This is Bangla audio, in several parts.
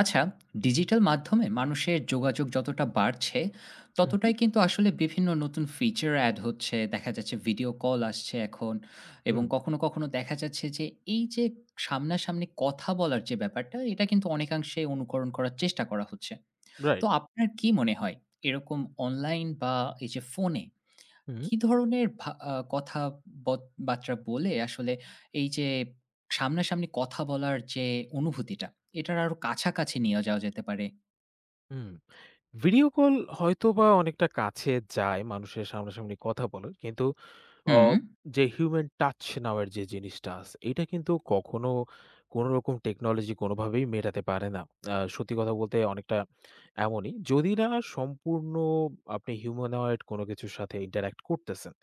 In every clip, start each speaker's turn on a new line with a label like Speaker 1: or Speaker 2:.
Speaker 1: আচ্ছা। ডিজিটাল মাধ্যমে মানুষের যোগাযোগ যতটা বাড়ছে
Speaker 2: হুম, হুম,
Speaker 1: ততটাই কিন্তু আসলে বিভিন্ন নতুন ফিচার অ্যাড হচ্ছে, দেখা যাচ্ছে ভিডিও কল আসছে এখন। এবং
Speaker 2: হুম,
Speaker 1: কখনো কখনো দেখা যাচ্ছে যে এই যে সামনাসামনি কথা বলার যে ব্যাপারটা, এটা কিন্তু অনেকাংশে অনুকরণ করার চেষ্টা করা হচ্ছে। তো
Speaker 2: রাইট।
Speaker 1: আপনার কি মনে হয় এরকম অনলাইন বা এই যে ফোনে
Speaker 2: হুম,
Speaker 1: কি ধরনের ভা আ কথা বত বার্তা বলে আসলে এই যে সামনাসামনি কথা বলার যে অনুভূতিটা, এটার আরো কাছাকাছি নিয়ে যাওয়া যেতে পারে?
Speaker 2: হুম। ভিডিও কল হয়তোবা অনেকটা কাছে যায় মানুষের সামনাসামনি কথা বলার। কিন্তু অ
Speaker 1: হুম,
Speaker 2: যে হিউম্যান টাচ নেওয়ার যে জিনিসটা আছে, এটা কিন্তু কখনো কোনোরকম টেকনোলজি কোনোভাবেই মেটাতে পারে না। সত্যি কথা বলতে অনেকটা এমনই। যদি না সম্পূর্ণ আপনি হিউম্যানয়েড কোনো কিছুর সাথে ইন্টারেক্ট করতেছেন।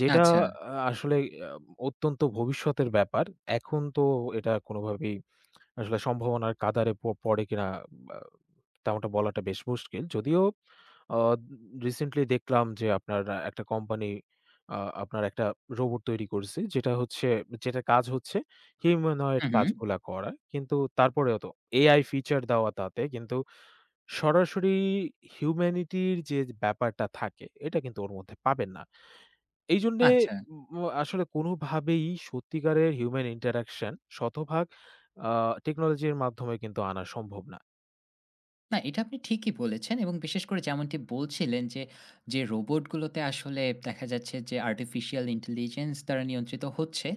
Speaker 2: যেটা
Speaker 1: আচ্ছা।
Speaker 2: আসলে আ অত্যন্ত ভবিষ্যতের ব্যাপার। এখন তো এটা কোনোভাবেই আসলে সম্ভাবনার কাঁদারে পড়ে কিনা বা তেমনটা বলাটা বেশ মুশকিল। যদিও আ রিসেন্টলি দেখলাম যে আপনার একটা কোম্পানি আ আপনার একটা রোবট তৈরি করছে। যেটা হচ্ছে যেটার কাজ হচ্ছে হিউম্যানয়েড
Speaker 1: হু, হু।
Speaker 2: কাজগুলা করা। কিন্তু তারপরেও তো AI ফিচার দেওয়া তাতে কিন্তু সরাসরি হিউম্যানিটির যে ব্যাপারটা থাকে এটা কিন্তু ওর মধ্যে পাবেন না। এইজন্যে
Speaker 1: আচ্ছা।
Speaker 2: আসলে কোনোভাবেই সত্যিকারের হিউম্যান ইন্টারেকশন শতভাগ আ টেকনোলজির মাধ্যমে কিন্তু আনা সম্ভব না।
Speaker 1: না, এটা আপনি ঠিকই বলেছেন, এবং বিশেষ করে যেমনটি বলছিলেন যে রোবটগুলোতে আসলে দেখা যাচ্ছে যে আর্টিফিশিয়াল ইন্টেলিজেন্স দ্বারা নিয়ন্ত্রিত হচ্ছে,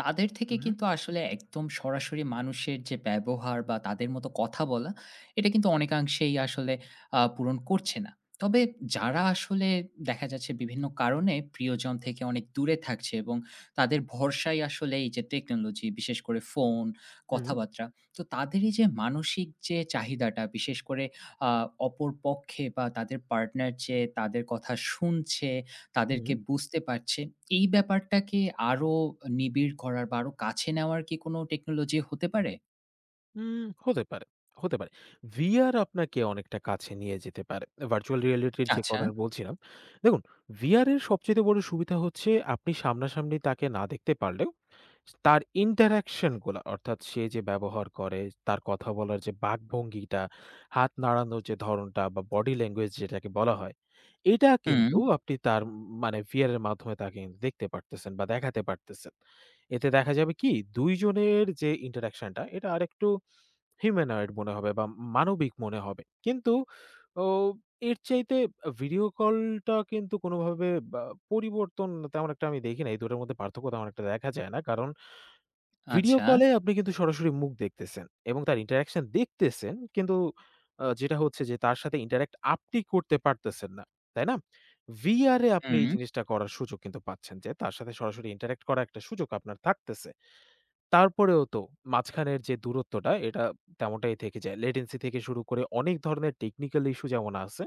Speaker 1: তাদের থেকে
Speaker 2: উহু,
Speaker 1: কিন্তু আসলে একদম সরাসরি মানুষের যে ব্যবহার বা তাদের মতো কথা বলা, এটা কিন্তু অনেকাংশেই আসলে পূরণ করছে না। তবে যারা আসলে দেখা যাচ্ছে বিভিন্ন কারণে প্রিয়জন থেকে অনেক দূরে থাকছে, এবং তাদের ভরসায় আসলে এই যে টেকনোলজি, বিশেষ করে ফোন,
Speaker 2: হু,
Speaker 1: কথাবার্তা, তো তাদের এই যে মানসিক যে চাহিদাটা, বিশেষ করে আ অপর পক্ষে বা তাদের পার্টনার যে তাদের কথা শুনছে, তাদেরকে
Speaker 2: হু।
Speaker 1: বুঝতে পারছে, এই ব্যাপারটাকে আরো নিবিড় করার বা আরো কাছে নেওয়ার কি কোনো টেকনোলজি হতে পারে?
Speaker 2: হতে পারে, হতে পারে। VR আপনাকে অনেকটা কাছে নিয়ে যেতে পারে। ভার্চুয়াল রিয়ালিটির যে
Speaker 1: আচ্ছা।
Speaker 2: কথাটা বলছিলাম। দেখুন VR এর সবচাইতে বড় সুবিধা হচ্ছে আপনি সামনাসামনি তাকে না দেখতে পারলেও তার ইন্টারেকশন গুলা অর্থাৎ সে যে ব্যবহার করে, তার কথা বলার যে বাকভঙ্গিটা, হাত নাড়ানোর যে ধরনটা বা বডি ল্যাঙ্গুয়েজ যেটাকে বলা হয়, এটা
Speaker 1: হুম,
Speaker 2: কিন্তু আপনি তার মানে VR এর মাধ্যমে তাকে কিন্তু দেখতে পারতেছেন বা দেখাতে পারতেছেন। এতে দেখা যাবে কি ২ জনের যে ইন্টারেকশনটা এটা আরেকটু হিউম্যানয়েড মনে হবে বা মানবিক মনে হবে। কিন্তু ও এর চাইতে ভিডিও কলটা কিন্তু কোনোভাবে বা পরিবর্তন তেমন একটা আমি দেখি না। এই দুটার মধ্যে পার্থক্য তেমন একটা দেখা যায় না। কারণ ভিডিও
Speaker 1: আচ্ছা।
Speaker 2: কলে আপনি কিন্তু সরাসরি মুখ দেখতেছেন এবং তার ইন্টারেকশন দেখতেছেন। কিন্তু যেটা হচ্ছে যে তার সাথে ইন্টারেক্ট আপনি করতে পারতেছেন না। তাই না? VR এ আপনি
Speaker 1: হুম।
Speaker 2: এই জিনিসটা করার সুযোগ কিন্তু পাচ্ছেন যে তার সাথে সরাসরি ইন্টারেক্ট করার একটা সুযোগ আপনার থাকতেছে। তারপরেও তো মাঝখানের যে দূরত্বটা এটা তেমনটাই থেকে যায়। লেটেন্সি থেকে শুরু করে অনেক ধরনের টেকনিক্যাল ইস্যু যেমন আছে,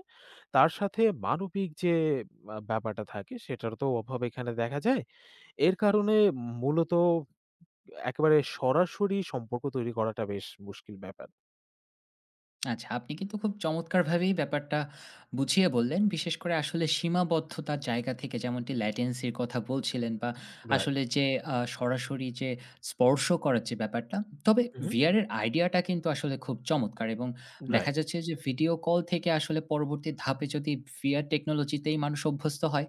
Speaker 2: তার সাথে মানবিক যে ব্যাপারটা থাকে সেটার তো অভাব এখানে দেখা যায়। এর কারণে মূলত একেবারে সরাসরি সম্পর্ক তৈরি করাটা বেশ মুশকিল ব্যাপার।
Speaker 1: আচ্ছা, আপনি কিন্তু খুব চমৎকারভাবেই ব্যাপারটা বুঝিয়ে বললেন। বিশেষ করে আসলে সীমাবদ্ধতার জায়গা থেকে যেমনটি ল্যাটেন্সি র কথা বলছিলেন, বা
Speaker 2: রাইট।
Speaker 1: আসলে যে সরাসরি যে স্পর্শ করার যে ব্যাপারটা। তবে
Speaker 2: উহু,
Speaker 1: VR এর আইডিয়াটা কিন্তু আসলে খুব চমৎকার, এবং দেখা
Speaker 2: রাইট।
Speaker 1: যাচ্ছে যে ভিডিও কল থেকে আসলে পরবর্তী ধাপে যদি VR টেকনোলজিতেই মানুষ অভ্যস্ত হয়,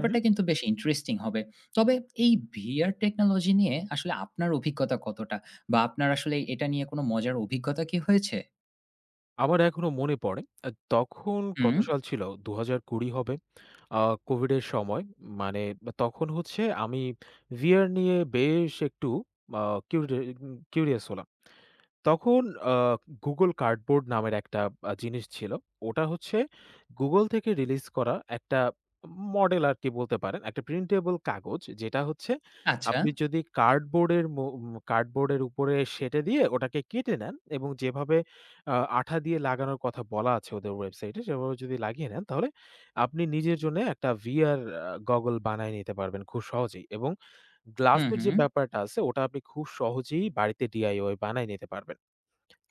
Speaker 2: উহু।
Speaker 1: কিন্তু বেশ ইন্টারেস্টিং হবে। তবে এই VR টেকনোলজি নিয়ে আসলে আপনার অভিজ্ঞতা কতটা? বা আপনার আসলে এটা নিয়ে কোনো মজার অভিজ্ঞতা কি হয়েছে?
Speaker 2: আমার এখনো মনে পড়ে। তখন
Speaker 1: হুম।
Speaker 2: কত সাল ছিল? ২০২০ হবে। আ কোভিডের সময় মানে তখন হচ্ছে আমি VR নিয়ে বেশ একটু আ কিউরি কিউরিয়াস হলাম। তখন আ Google Cardboard নামের একটা জিনিস ছিল। ওটা হচ্ছে Google থেকে রিলিজ করা একটা মডেল আরকি বলতে পারেন। একটা প্রিন্টেবল কাগজ যেটা হচ্ছে
Speaker 1: আচ্ছা।
Speaker 2: আপনি যদি কার্ডবোর্ডের মো উম কার্ডবোর্ডের উপরে সেঁটে দিয়ে ওটাকে কেটে নেন এবং যেভাবে আ আঠা দিয়ে লাগানোর কথা বলা আছে ওদের ওয়েবসাইটে সেভাবে যদি লাগিয়ে নেন তাহলে আপনি নিজের জন্যে একটা VR গগল বানায় নিতে পারবেন খুব সহজেই এবং
Speaker 1: হুম,
Speaker 2: গ্লাসের
Speaker 1: হুম।
Speaker 2: যে ব্যাপারটা আছে ওটা আপনি খুব সহজেই বাড়িতে DIY বানায় নিতে পারবেন।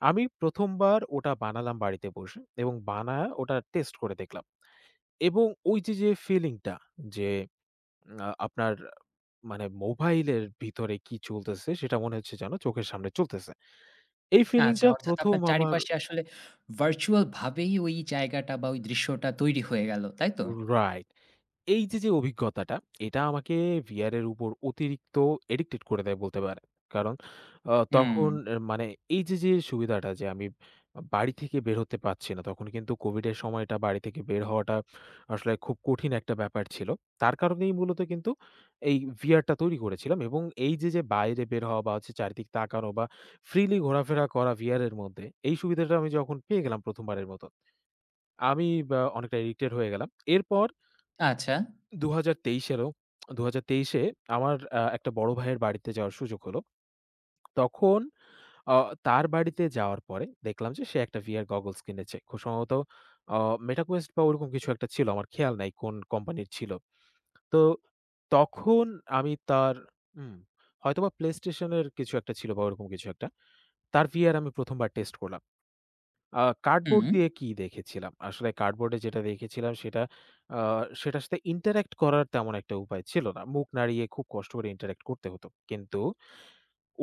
Speaker 2: আমি ১ম বার ওটা বানালাম বাড়িতে বসে এবং বানায়া ওটা টেস্ট করে দেখলাম এবং ওই যে, যে ফিলিংটা যে উম, আ আপনার মানে মোবাইলের ভিতরে কি চলতেছে সেটা মনে হচ্ছে যেন চোখের সামনে চলতেছে। এই
Speaker 1: আচ্ছা,
Speaker 2: ফিলিংটা
Speaker 1: অর্থাৎ
Speaker 2: ১ম
Speaker 1: আপনার
Speaker 2: আমার
Speaker 1: চারিপাশে আসলে ভার্চুয়াল ভাবেই ওই জায়গাটা বা ওই দৃশ্যটা তৈরি হয়ে গেল। তাই তো?
Speaker 2: রাইট। এই যে, যে অভিজ্ঞতাটা, এটা আমাকে VR এর উপর অতিরিক্ত addicted করে দেয় বলতে পারেন। কারণ
Speaker 1: হুম।
Speaker 2: তখন মানে এই যে, যে সুবিধাটা যে আমি বাড়ি থেকে বের হতে পারছি না, তখন কিন্তু কোভিডের সময়টা বাড়ি থেকে বের হওয়াটা আসলে খুব কঠিন একটা ব্যাপার ছিল। তার কারণেই মূলত কিন্তু এই ভিআরটা তৈরি করেছিলাম এবং এই যে, যে বাইরে বের হওয়া বা হচ্ছে চারিদিক তাকানো বা freely ঘোরাফেরা করা VR এর মধ্যে, এই সুবিধাটা আমি যখন পেয়ে গেলাম ১ম বারের মতো, আমি বা অনেকটা addicted হয়ে গেলাম। এরপর
Speaker 1: আচ্ছা।
Speaker 2: ২০২৩ এরও ২০২৩ এ আমার একটা বড় ভাইয়ের বাড়িতে যাওয়ার সুযোগ হলো। তখন আ তার বাড়িতে যাওয়ার পরে দেখলাম যে সে একটা VR গগলস কিনেছে। খুব সম্ভবত আ Meta Quest বা ওরকম কিছু একটা ছিল। আমার খেয়াল নাই কোন কোম্পানির ছিল। তো তখন আমি তার হুম, হয়তোবা PlayStation এর কিছু একটা ছিল বা ওরকম কিছু একটা। তার VR আমি ১ম বার টেস্ট করলাম। আ
Speaker 1: হুম।
Speaker 2: কার্ডবোর্ড দিয়ে কি দেখেছিলাম। আসলে কার্ডবোর্ডে যেটা দেখেছিলাম সেটা আ সেটার সাথে interact করার তেমন একটা উপায় ছিল না। মুখ নাড়িয়ে খুব কষ্ট করে interact করতে হতো। কিন্তু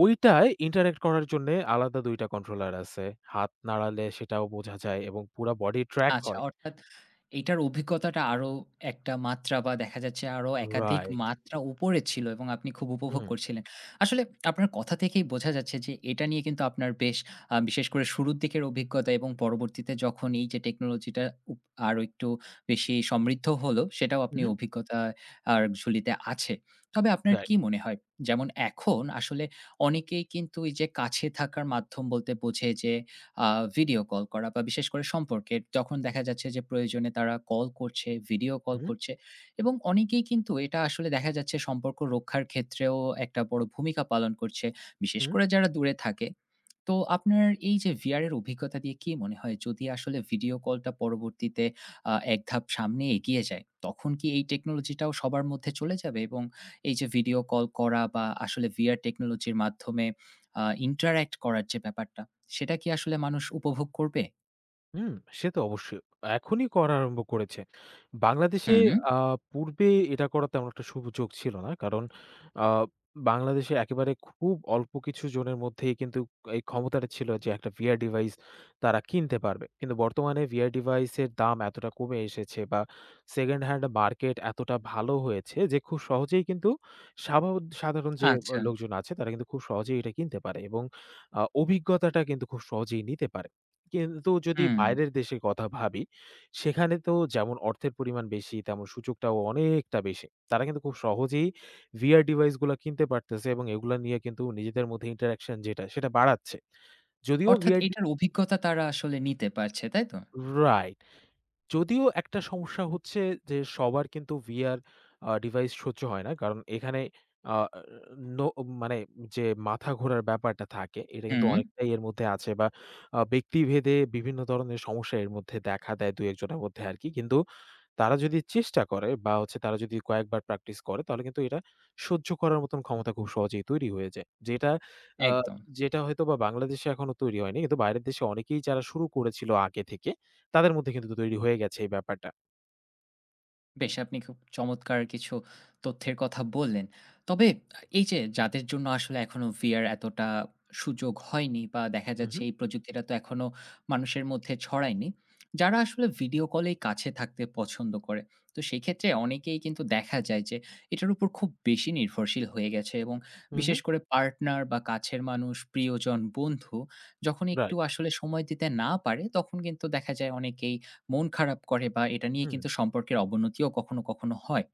Speaker 2: ঐটায় interact করার জন্যে আলাদা ২ টা কন্ট্রোলার আছে। হাত নাড়ালে সেটাও বোঝা যায় এবং পুরা বডি ট্র্যাক
Speaker 1: আচ্ছা,
Speaker 2: হয়।
Speaker 1: অর্থাৎ এইটার অভিজ্ঞতাটা আরো একটা মাত্রা, বা দেখা যাচ্ছে আরো একাধিক
Speaker 2: রাইট।
Speaker 1: মাত্রা উপরে ছিল, এবং আপনি খুব উপভোগ
Speaker 2: হুম।
Speaker 1: করছিলেন। আসলে আপনার কথা থেকেই বোঝা যাচ্ছে যে এটা নিয়ে কিন্তু আপনার বেশ, বিশেষ করে শুরুর দিকের অভিজ্ঞতা এবং পরবর্তীতে যখন এই যে টেকনোলজিটা উপ আরো একটু বেশি সমৃদ্ধ হলো, সেটাও আপনি
Speaker 2: উহু।
Speaker 1: অভিজ্ঞতা আর ঝুলিতে আছে। তবে আপনার
Speaker 2: রাইট।
Speaker 1: কি মনে হয়? যেমন এখন আসলে অনেকেই কিন্তু এই যে কাছে থাকার মাধ্যম বলতে বোঝে যে আ ভিডিও কল করা, বা বিশেষ করে সম্পর্কের যখন দেখা যাচ্ছে যে প্রয়োজনে তারা কল করছে, ভিডিও কল
Speaker 2: উহু।
Speaker 1: করছে, এবং অনেকেই কিন্তু এটা আসলে দেখা যাচ্ছে সম্পর্ক রক্ষার ক্ষেত্রেও একটা বড় ভূমিকা পালন করছে। বিশেষ
Speaker 2: উহু।
Speaker 1: করে যারা দূরে থাকে, তো আপনার এই যে VR এর অভিজ্ঞতা দিয়ে কি মনে হয়, যদি আসলে ভিডিও কলটা পরবর্তীতে এক ধাপ সামনে এগিয়ে যায়, তখন কি এই টেকনোলজিটাও সবার মধ্যে চলে যাবে? এবং এই যে ভিডিও কল করা বা আসলে VR টেকনোলজির মাধ্যমে interact করার যে ব্যাপারটা, সেটা কি আসলে মানুষ উপভোগ করবে?
Speaker 2: হুম, সে তো অবশ্যই। এখনই করা আরম্ভ করেছে। বাংলাদেশে
Speaker 1: হুম,
Speaker 2: আ পূর্বে এটা করার তেমন একটা সুযোগ ছিল না। কারণ আ বাংলাদেশে একেবারে খুব অল্প কিছু জনের মধ্যেই কিন্তু এই ক্ষমতাটা ছিল যে একটা VR ডিভাইস তারা কিনতে পারবে। কিন্তু বর্তমানে VR ডিভাইসের দাম এতটা কমে এসেছে বা সেকেন্ড হ্যান্ড মার্কেট এতটা ভালো হয়েছে যে খুব সহজেই কিন্তু সাভা সাধারণ যে
Speaker 1: আচ্ছা।
Speaker 2: লোকজন আছে তারা কিন্তু খুব সহজেই এটা কিনতে পারে এবং অভিজ্ঞতাটা কিন্তু খুব সহজেই নিতে পারে। কিন্তু যদি
Speaker 1: হুম,
Speaker 2: বাইরের দেশের কথা ভাবি, সেখানে তো যেমন অর্থের পরিমাণ বেশি, তেমন সুযোগটাও অনেকটা বেশি। তারা কিন্তু খুব সহজেই VR ডিভাইস গুলা কিনতে পারতেছে এবং এগুলা নিয়ে কিন্তু নিজেদের মধ্যে interaction যেটা, সেটা বাড়াচ্ছে। যদিও
Speaker 1: অর্থাৎ
Speaker 2: VR ডি
Speaker 1: এটার অভিজ্ঞতা তারা আসলে নিতে পারছে, তাই তো?
Speaker 2: রাইট। যদিও একটা সমস্যা হচ্ছে যে সবার কিন্তু VR ডিভাইস সহ্য হয় না। কারণ এখানে আ নো মানে যে মাথা ঘোরার ব্যাপারটা থাকে এটা কিন্তু
Speaker 1: হুম,
Speaker 2: অনেকটাই এর মধ্যে আছে বা ব্যক্তিভেদে বিভিন্ন ধরনের সমস্যা এর মধ্যে দেখা দেয় ২-১ জনের মধ্যে আরকি। কিন্তু তারা যদি চেষ্টা করে বা হচ্ছে তারা যদি কয়েকবার প্র্যাকটিস করে তাহলে কিন্তু এটা সহ্য করার মতন ক্ষমতা খুব সহজেই তৈরি হয়ে যায়। আ
Speaker 1: একদম।
Speaker 2: যেটা হয়তোবা বাংলাদেশে এখনো তৈরি হয়নি। কিন্তু বাইরের দেশে অনেকেই যারা শুরু করেছিল আগে থেকে তাদের মধ্যে কিন্তু তৈরি হয়ে গেছে এই ব্যাপারটা।
Speaker 1: বেশ, আপনি খুব চমৎকার কিছু তথ্যের কথা বললেন। তবে এই যে যাদের জন্য আসলে এখনো VR এতটা সুযোগ হয়নি, বা দেখা
Speaker 2: হু,
Speaker 1: যাচ্ছে
Speaker 2: হু,
Speaker 1: এই প্রযুক্তিটা তো এখনো মানুষের মধ্যে ছড়ায়নি। যারা আসলে ভিডিও কলেই কাছে থাকতে পছন্দ করে। তো সেক্ষেত্রে অনেকেই কিন্তু দেখা যায় যে এটার উপর খুব বেশি নির্ভরশীল হয়ে গেছে, এবং
Speaker 2: হু, হু।
Speaker 1: বিশেষ করে পার্টনার বা কাছের মানুষ, প্রিয়জন, বন্ধু যখন একটু
Speaker 2: রাইট।
Speaker 1: আসলে সময় দিতে না পারে, তখন কিন্তু দেখা যায় অনেকেই মন খারাপ করে, বা এটা নিয়ে
Speaker 2: হুম,
Speaker 1: কিন্তু সম্পর্কের অবনতিও কখনো, কখনো হয়।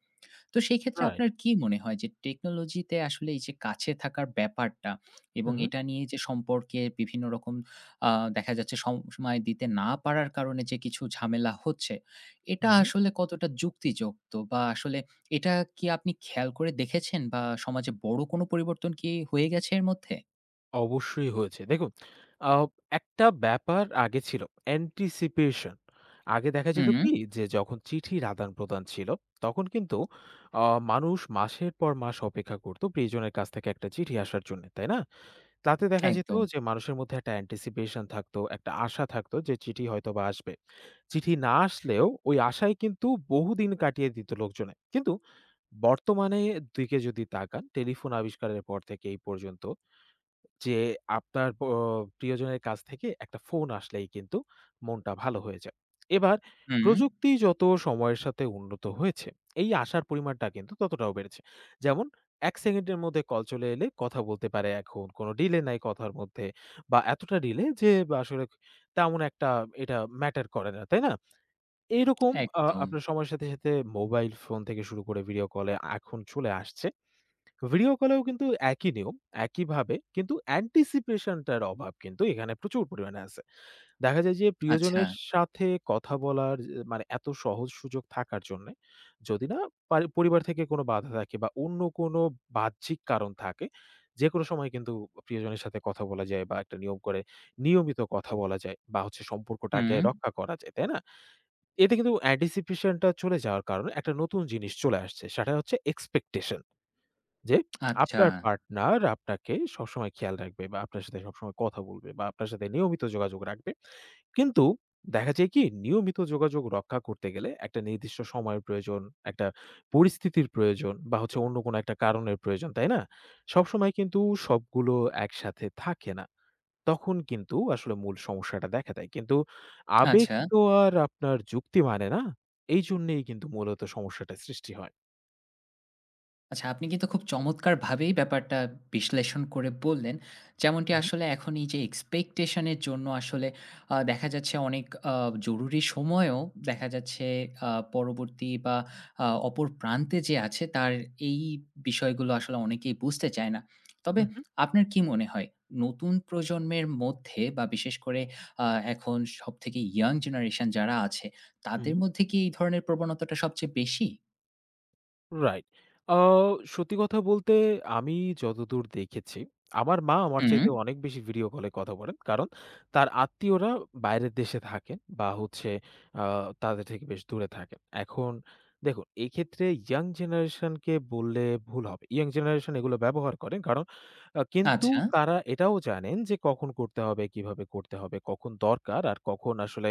Speaker 1: তো সেই ক্ষেত্রে
Speaker 2: রাইট।
Speaker 1: আপনার কি মনে হয় যে টেকনোলজিতে আসলে এই যে কাছে থাকার ব্যাপারটা,
Speaker 2: হু,
Speaker 1: এবং
Speaker 2: হু,
Speaker 1: এটা নিয়ে যে সম্পর্কে বিভিন্ন রকম, আ দেখা যাচ্ছে সময় দিতে না পারার কারণে যে কিছু ঝামেলা হচ্ছে,
Speaker 2: হু,
Speaker 1: এটা
Speaker 2: হু।
Speaker 1: আসলে কতটা যুক্তিযুক্ত, বা আসলে এটা কি আপনি খেয়াল করে দেখেছেন, বা সমাজে বড় কোনো পরিবর্তন কি হয়ে গেছে এর মধ্যে?
Speaker 2: অবশ্যই হয়েছে। দেখুন, আ একটা ব্যাপার আগে ছিল anticipation. আগে দেখা যেত
Speaker 1: হুম,
Speaker 2: কি যে যখন চিঠির আদান-প্রদান ছিল, তখন কিন্তু আ মানুষ মাসের পর মাস অপেক্ষা করত প্রিয়জনের কাছ থেকে একটা চিঠি আসার জন্যে, তাই না? তাতে দেখা যেত
Speaker 1: একদম।
Speaker 2: যে মানুষের মধ্যে একটা anticipation থাকতো, একটা আশা থাকতো যে চিঠি হয়তোবা আসবে। চিঠি না আসলেও ওই আশায় কিন্তু বহুদিন কাটিয়ে দিত লোকজনে। কিন্তু বর্তমানে দিকে যদি তাকান টেলিফোন আবিষ্কারের পর থেকে এই পর্যন্ত যে আপনার প্রিয়জনের কাছ থেকে একটা ফোন আসলেই কিন্তু মনটা ভালো হয়ে যায়। এবার
Speaker 1: হুম,
Speaker 2: প্রযুক্তি যত সময়ের সাথে উন্নত হয়েছে, এই আশার পরিমাণটা কিন্তু ততটাও বেড়েছে। যেমন ১ সেকেন্ডের মধ্যে কল চলে এলে কথা বলতে পারে এখন, কোনো ডিলে নাই কথার মধ্যে বা এতটা ডিলে যে বা আসলে তেমন একটা এটা ম্যাটার করে না, তাই না? এইরকম
Speaker 1: একদম।
Speaker 2: আপনার সময়ের সাথে, সাথে মোবাইল ফোন থেকে শুরু করে ভিডিও কলে এখন চলে আসছে। ভিডিও কলেও কিন্তু একই নিয়ম, একইভাবে কিন্তু anticipation টার অভাব কিন্তু এখানে প্রচুর পরিমাণে আছে। দেখা যায় যে
Speaker 1: আচ্ছা।
Speaker 2: প্রিয়জনের সাথে কথা বলার যে মানে এত সহজ সুযোগ থাকার জন্যে, যদি না পারি পরিবার থেকে কোনো বাধা থাকে বা অন্য কোনো বাহ্যিক কারণ থাকে, যেকোনো সময় কিন্তু প্রিয়জনের সাথে কথা বলা যায় বা একটা নিয়ম করে নিয়মিত কথা বলা যায় বা হচ্ছে সম্পর্কটাকে
Speaker 1: হুম,
Speaker 2: রক্ষা করা যায়, তাই না? এতে কিন্তু anticipation টা চলে যাওয়ার কারণে একটা নতুন জিনিস চলে আসছে। সেটা হচ্ছে expectation. যে
Speaker 1: আচ্ছা,
Speaker 2: আপনার পার্টনার আপনাকে সবসময় খেয়াল রাখবে বা আপনার সাথে সবসময় কথা বলবে বা আপনার সাথে নিয়মিত যোগাযোগ রাখবে। কিন্তু দেখা যায় কি নিয়মিত যোগাযোগ রক্ষা করতে গেলে একটা নির্দিষ্ট সময়ের প্রয়োজন, একটা পরিস্থিতির প্রয়োজন বা হচ্ছে অন্য কোনো একটা কারণের প্রয়োজন, তাই না? সবসময় কিন্তু সবগুলো একসাথে থাকে না। তখন কিন্তু আসলে মূল সমস্যাটা দেখা দেয়। কিন্তু আবেগ
Speaker 1: আচ্ছা।
Speaker 2: তো আর আপনার যুক্তি মানে না। এইজন্যেই কিন্তু মূলত সমস্যাটা সৃষ্টি হয়।
Speaker 1: আচ্ছা, আপনি কিন্তু খুব চমৎকারভাবেই ব্যাপারটা বিশ্লেষণ করে বললেন। যেমনটি
Speaker 2: উহু,
Speaker 1: আসলে এখন এই যে expectation এর জন্য আসলে দেখা যাচ্ছে অনেক, জরুরি সময়েও দেখা যাচ্ছে পরবর্তী বা অপর প্রান্তে যে আছে তার এই বিষয়গুলো আসলে অনেকেই বুঝতে চায় না। তবে
Speaker 2: উহু, হুম।
Speaker 1: আপনার কি মনে হয় নতুন প্রজন্মের মধ্যে, বা বিশেষ করে আ এখন সবথেকে young generation যারা আছে,
Speaker 2: হুম।
Speaker 1: তাদের মধ্যে কি এই ধরনের প্রবণতাটা সবচেয়ে বেশি?
Speaker 2: রাইট। আ সত্যি কথা বলতে আমি যতদূর দেখেছি, আমার মা আমার
Speaker 1: হুম,
Speaker 2: চাইতে অনেক বেশি ভিডিও কলে কথা বলেন। কারণ তার আত্মীয়রা বাইরের দেশে থাকেন বা হচ্ছে আ তাদের থেকে বেশ দূরে থাকেন। এখন দেখুন এক্ষেত্রে ইয়াং জেনারেশনকে বললে ভুল হবে। ইয়াং জেনারেশন এগুলো ব্যবহার করেন। কারণ কিন্তু
Speaker 1: আচ্ছা,
Speaker 2: তারা এটাও জানেন যে কখন করতে হবে, কিভাবে করতে হবে, কখন দরকার আর কখন আসলে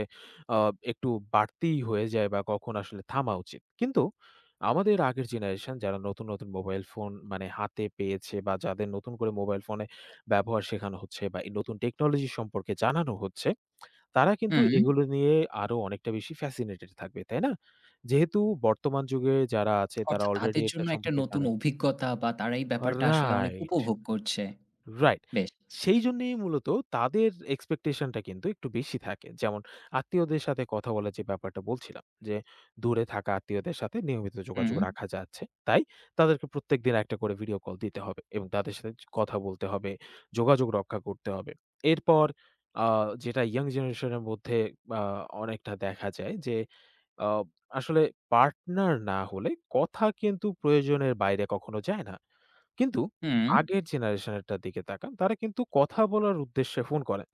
Speaker 2: আ একটু বাড়তিই হয়ে যায় বা কখন আসলে থামা উচিত। কিন্তু আমাদের আগের জেনারেশন যারা নতুন, নতুন মোবাইল ফোন মানে হাতে পেয়েছে বা যাদের নতুন করে মোবাইল ফোনে ব্যবহার শেখানো হচ্ছে বা এই নতুন টেকনোলজি সম্পর্কে জানানো হচ্ছে, তারা কিন্তু
Speaker 1: হুম।
Speaker 2: এগুলো নিয়ে আরো অনেকটা বেশি ফ্যাসিনেটেড থাকবে, তাই না? যেহেতু বর্তমান যুগে যারা আছে তারা
Speaker 1: অর্থাৎ
Speaker 2: অলরেডি
Speaker 1: তাদের
Speaker 2: এটা
Speaker 1: জন্য একটা
Speaker 2: সম্পর্কে
Speaker 1: নতুন
Speaker 2: জানে।
Speaker 1: অভিজ্ঞতা, বা তারা এই ব্যাপারটা আসলে অনেক
Speaker 2: রাইট।
Speaker 1: উপভোগ করছে।
Speaker 2: রাইট।
Speaker 1: বেশ।
Speaker 2: সেইজন্যেই মূলত তাদের এক্সপেকটেশনটা কিন্তু একটু বেশি থাকে। যেমন আত্মীয়দের সাথে কথা বলার যে ব্যাপারটা বলছিলাম যে, দূরে থাকা আত্মীয়দের সাথে নিয়মিত
Speaker 1: হুম,
Speaker 2: যোগাযোগ রাখা যাচ্ছে। তাই তাদেরকে প্রত্যেকদিন একটা করে ভিডিও কল দিতে হবে এবং তাদের সাথে কথা বলতে হবে, যোগাযোগ রক্ষা করতে হবে। এরপর আ যেটা ইয়াং জেনারেশনের মধ্যে আ অনেকটা দেখা যায় যে, আ আসলে পার্টনার না হলে কথা কিন্তু প্রয়োজনের বাইরে কখনো যায় না। কিন্তু
Speaker 1: হুম।
Speaker 2: আগের জেনারেশনেরটার দিকে তাকান, তারা কিন্তু কথা বলার উদ্দেশ্যে ফোন করেন।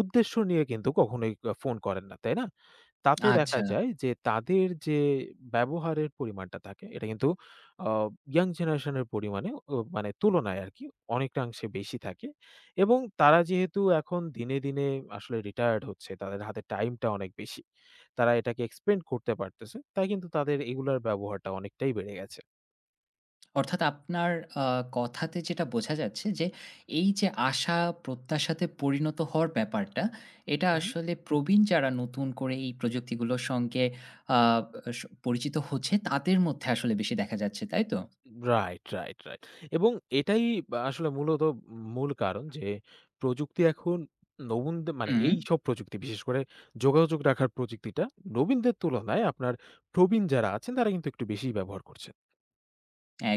Speaker 2: উদ্দেশ্য নিয়ে কিন্তু কখনোই ফোন করেন না, তাই না? তাতে দেখা
Speaker 1: আচ্ছা।
Speaker 2: যায় যে তাদের যে ব্যবহারের পরিমাণটা থাকে, এটা কিন্তু আ ইয়াং জেনারেশনের পরিমাণে ও মানে তুলনায় আরকি অনেকাংশে বেশি থাকে এবং তারা যেহেতু এখন দিনে, দিনে আসলে রিটায়ার্ড হচ্ছে, তাদের হাতে টাইমটা অনেক বেশি। তারা এটাকে এক্সপেন্ড করতে পারতেছে, তাই কিন্তু তাদের এগুলার ব্যবহারটা অনেকটাই বেড়ে গেছে।
Speaker 1: অর্থাৎ আপনার আ কথাতে যেটা বোঝা যাচ্ছে যে, এই যে আশা প্রত্যাশাতে পরিণত হওয়ার ব্যাপারটা, এটা
Speaker 2: হুম।
Speaker 1: আসলে প্রবীণ যারা নতুন করে এই প্রযুক্তিগুলোর সঙ্গে আ পরিচিত হচ্ছে, তাদের মধ্যে আসলে বেশি দেখা যাচ্ছে, তাই তো?
Speaker 2: Right, right, right. এবং এটাই বা আসলে মূলত মূল কারণ যে প্রযুক্তি এখন নবীনদের মানে
Speaker 1: হুম।
Speaker 2: এইসব প্রযুক্তি বিশেষ করে যোগাযোগ রাখার প্রযুক্তিটা নবীনদের তুলনায় আপনার প্রবীণ যারা আছেন তারা কিন্তু একটু বেশিই ব্যবহার করছেন।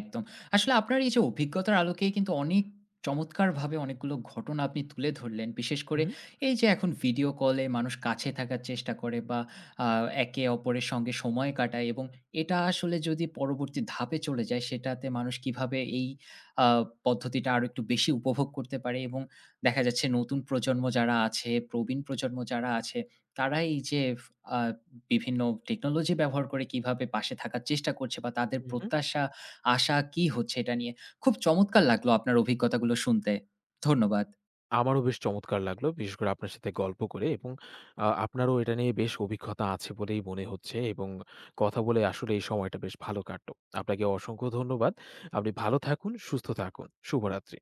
Speaker 1: একদম। আসলে আপনার এই যে অভিজ্ঞতার আলোকেই কিন্তু অনেক চমৎকারভাবে অনেকগুলো ঘটনা আপনি তুলে ধরলেন। বিশেষ
Speaker 2: হু,
Speaker 1: করে
Speaker 2: হু,
Speaker 1: এই যে এখন ভিডিও কলে মানুষ কাছে থাকার চেষ্টা করে, বা আ একে অপরের সঙ্গে সময় কাটায়, এবং এটা আসলে যদি পরবর্তী ধাপে চলে যায়, সেটাতে মানুষ কিভাবে এই আ পদ্ধতিটা আরো একটু বেশি উপভোগ করতে পারে, এবং দেখা যাচ্ছে নতুন প্রজন্ম যারা আছে, প্রবীণ প্রজন্ম যারা আছে, তারা এই যে আ বিভিন্ন টেকনোলজি ব্যবহার করে কিভাবে পাশে থাকার চেষ্টা করছে, বা তাদের
Speaker 2: হু, হু।
Speaker 1: প্রত্যাশা আশা কি হচ্ছে এটা নিয়ে। খুব চমৎকার লাগলো আপনার অভিজ্ঞতাগুলো শুনতে। ধন্যবাদ।
Speaker 2: আমারও বেশ চমৎকার লাগলো। বিশেষ করে আপনার সাথে গল্প করে এবং আপনারও এটা নিয়ে বেশ অভিজ্ঞতা আছে বলেই মনে হচ্ছে এবং কথা বলে আসলে এই সময়টা বেশ ভালো কাটলো। আপনাকে অসংখ্য ধন্যবাদ। আপনি ভালো থাকুন, সুস্থ থাকুন। শুভরাত্রি।